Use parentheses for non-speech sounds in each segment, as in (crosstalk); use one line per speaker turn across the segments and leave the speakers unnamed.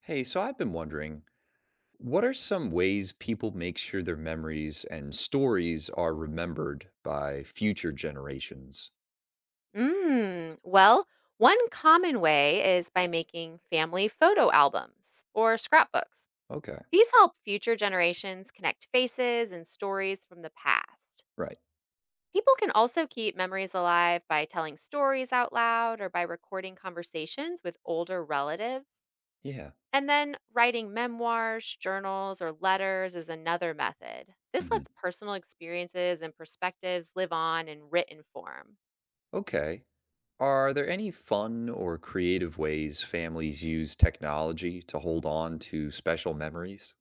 Hey, so I've been wondering, what are some ways people make sure their memories and stories are remembered by future generations?
Mm, well, one common way is by making family photo albums or scrapbooks.
Okay,
These help future generations connect faces and stories from the past.
right.
People can also keep memories alive by telling stories out loud or by recording conversations with older relatives.
Yeah.
And then writing memoirs, journals, or letters is another method. This
Hmm.
lets personal experiences and perspectives live on in written form.
Okay. Are there any fun or creative ways families use technology to hold on to special memories?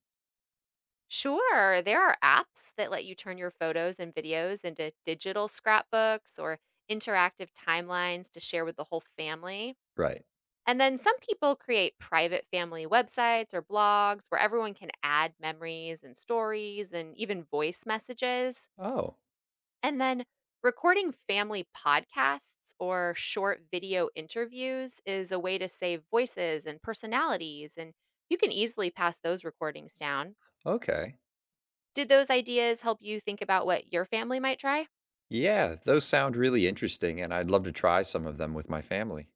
Sure. There are apps that let you turn your photos and videos into digital scrapbooks or interactive timelines to share with the whole family.
Right.
And then some people create private family websites or blogs where everyone can add memories and stories and even voice messages.
Oh,
And then recording family podcasts or short video interviews is a way to save voices and personalities. And you can easily pass those recordings down.
okay.
Did those ideas help you think about what your family might try?
Yeah, those sound really interesting, and I'd love to try some of them with my family.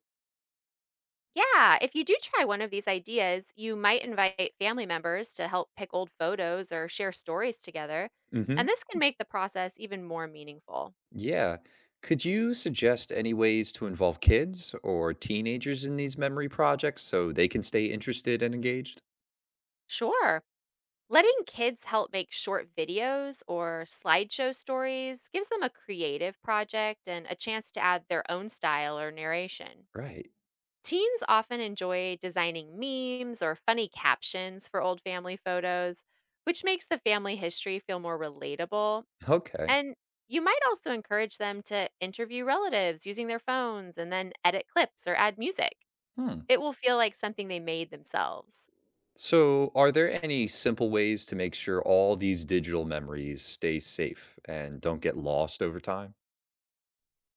Yeah, if you do try one of these ideas, you might invite family members to help pick old photos or share stories together,
Mm hmm.
and this can make the process even more meaningful.
Yeah. Could you suggest any ways to involve kids or teenagers in these memory projects so they can stay interested and engaged?
Sure. Letting kids help make short videos or slideshow stories gives them a creative project and a chance to add their own style or narration.
Right.
Teens often enjoy designing memes or funny captions for old family photos, which makes the family history feel more relatable.
Okay.
And you might also encourage them to interview relatives using their phones and then edit clips or add music.
Hmm.
It will feel like something they made themselves.
So, are there any simple ways to make sure all these digital memories stay safe and don't get lost over time?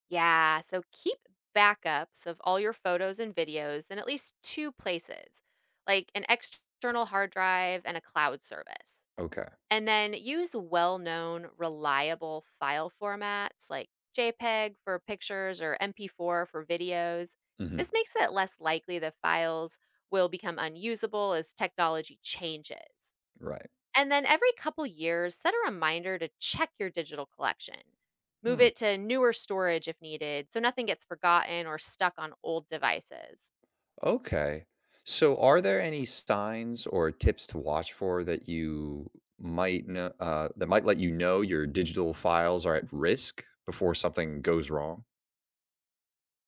Yeah, so keep backups of all your photos and videos in at least two places, like an external hard drive and a cloud service.
Okay.
And then use well known, reliable file formats like JPEG for pictures or MP4 for videos.
Hmm.
This makes it less likely the files will become unusable as technology changes.
Right.
And then every couple years, set a reminder to check your digital collection. Move
Hmm.
it to newer storage if needed, so nothing gets forgotten or stuck on old devices.
Okay. So, are there any signs or tips to watch for that you might know that might let you know your digital files are at risk before something goes wrong?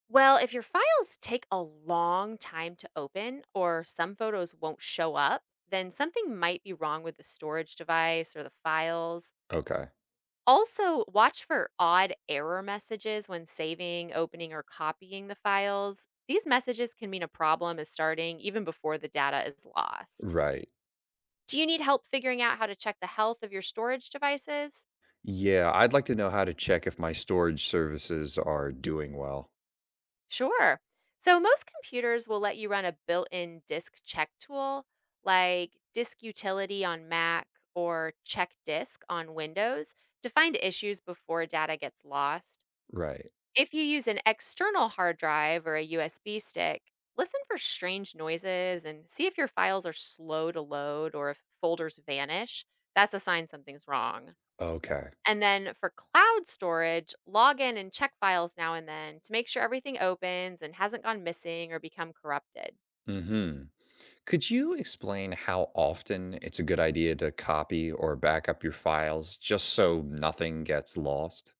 Well, if your files take a long time to open or some photos won't show up, then something might be wrong with the storage device or the files.
Okay.
Also, watch for odd error messages when saving, opening, or copying the files. These messages can mean a problem is starting even before the data is lost.
Right.
Do you need help figuring out how to check the health of your storage devices?
Yeah, I'd like to know how to check if my storage services are doing well.
Sure. So most computers will let you run a built-in disk check tool, like Disk Utility on Mac or Check Disk on Windows, to find issues before data gets lost.
Right.
If you use an external hard drive or a USB stick, listen for strange noises and see if your files are slow to load or if folders vanish. That's a sign something's wrong.
Okay.
And then for cloud storage, log in and check files now and then to make sure everything opens and hasn't gone missing or become corrupted.
Mm-hmm. Could you explain how often it's a good idea to copy or back up your files just so nothing gets lost?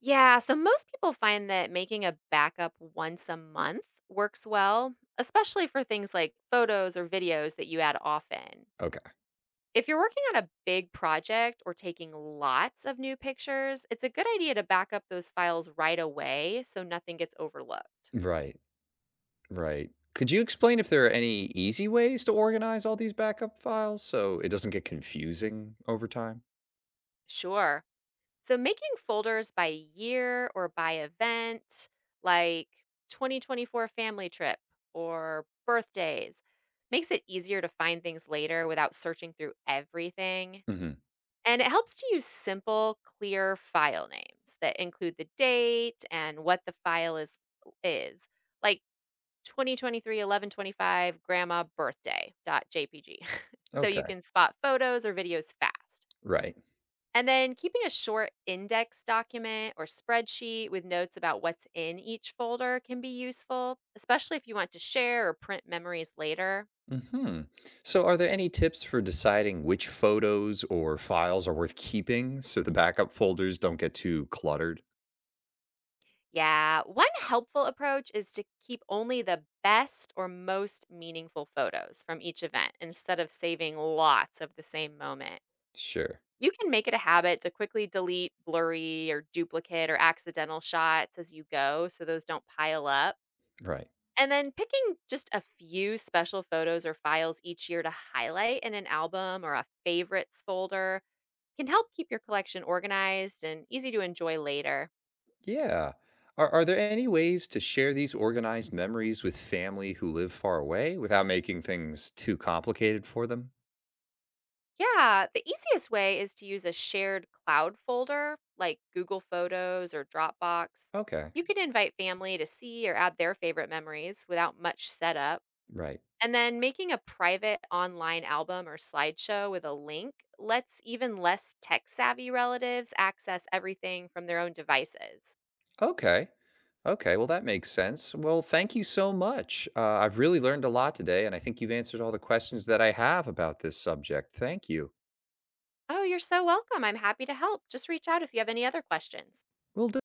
Yeah, so most people find that making a backup once a month works well, especially for things like photos or videos that you add often.
Okay.
If you're working on a big project or taking lots of new pictures, it's a good idea to back up those files right away so nothing gets overlooked.
Right. Right. Could you explain if there are any easy ways to organize all these backup files so it doesn't get confusing over time?
Sure. So making folders by year or by event, like 2024 family trip or birthdays, makes it easier to find things later without searching through everything.
Hmm.
And it helps to use simple, clear file names that include the date and what the file is, like 2023 1125 grandma birthday dot .jpg, (laughs) so you
Okay.
can spot photos or videos fast.
Right.
And then keeping a short index document or spreadsheet with notes about what's in each folder can be useful, especially if you want to share or print memories later.
Hmm. So, are there any tips for deciding which photos or files are worth keeping so the backup folders don't get too cluttered?
Yeah, one helpful approach is to keep only the best or most meaningful photos from each event instead of saving lots of the same moment.
Sure.
You can make it a habit to quickly delete blurry or duplicate or accidental shots as you go, so those don't pile up.
Right.
And then picking just a few special photos or files each year to highlight in an album or a favorites folder can help keep your collection organized and easy to enjoy later.
Yeah. Are there any ways to share these organized memories with family who live far away without making things too complicated for them?
Yeah, the easiest way is to use a shared cloud folder like Google Photos or Dropbox.
Okay.
You can invite family to see or add their favorite memories without much setup.
Right.
And then making a private online album or slideshow with a link lets even less tech savvy relatives access everything from their own devices.
Okay. Okay, well, that makes sense. Well, thank you so much. I've really learned a lot today, and I think you've answered all the questions that I have about this subject. Thank you.
Oh, you're so welcome. I'm happy to help. Just reach out if you have any other questions.
Will do.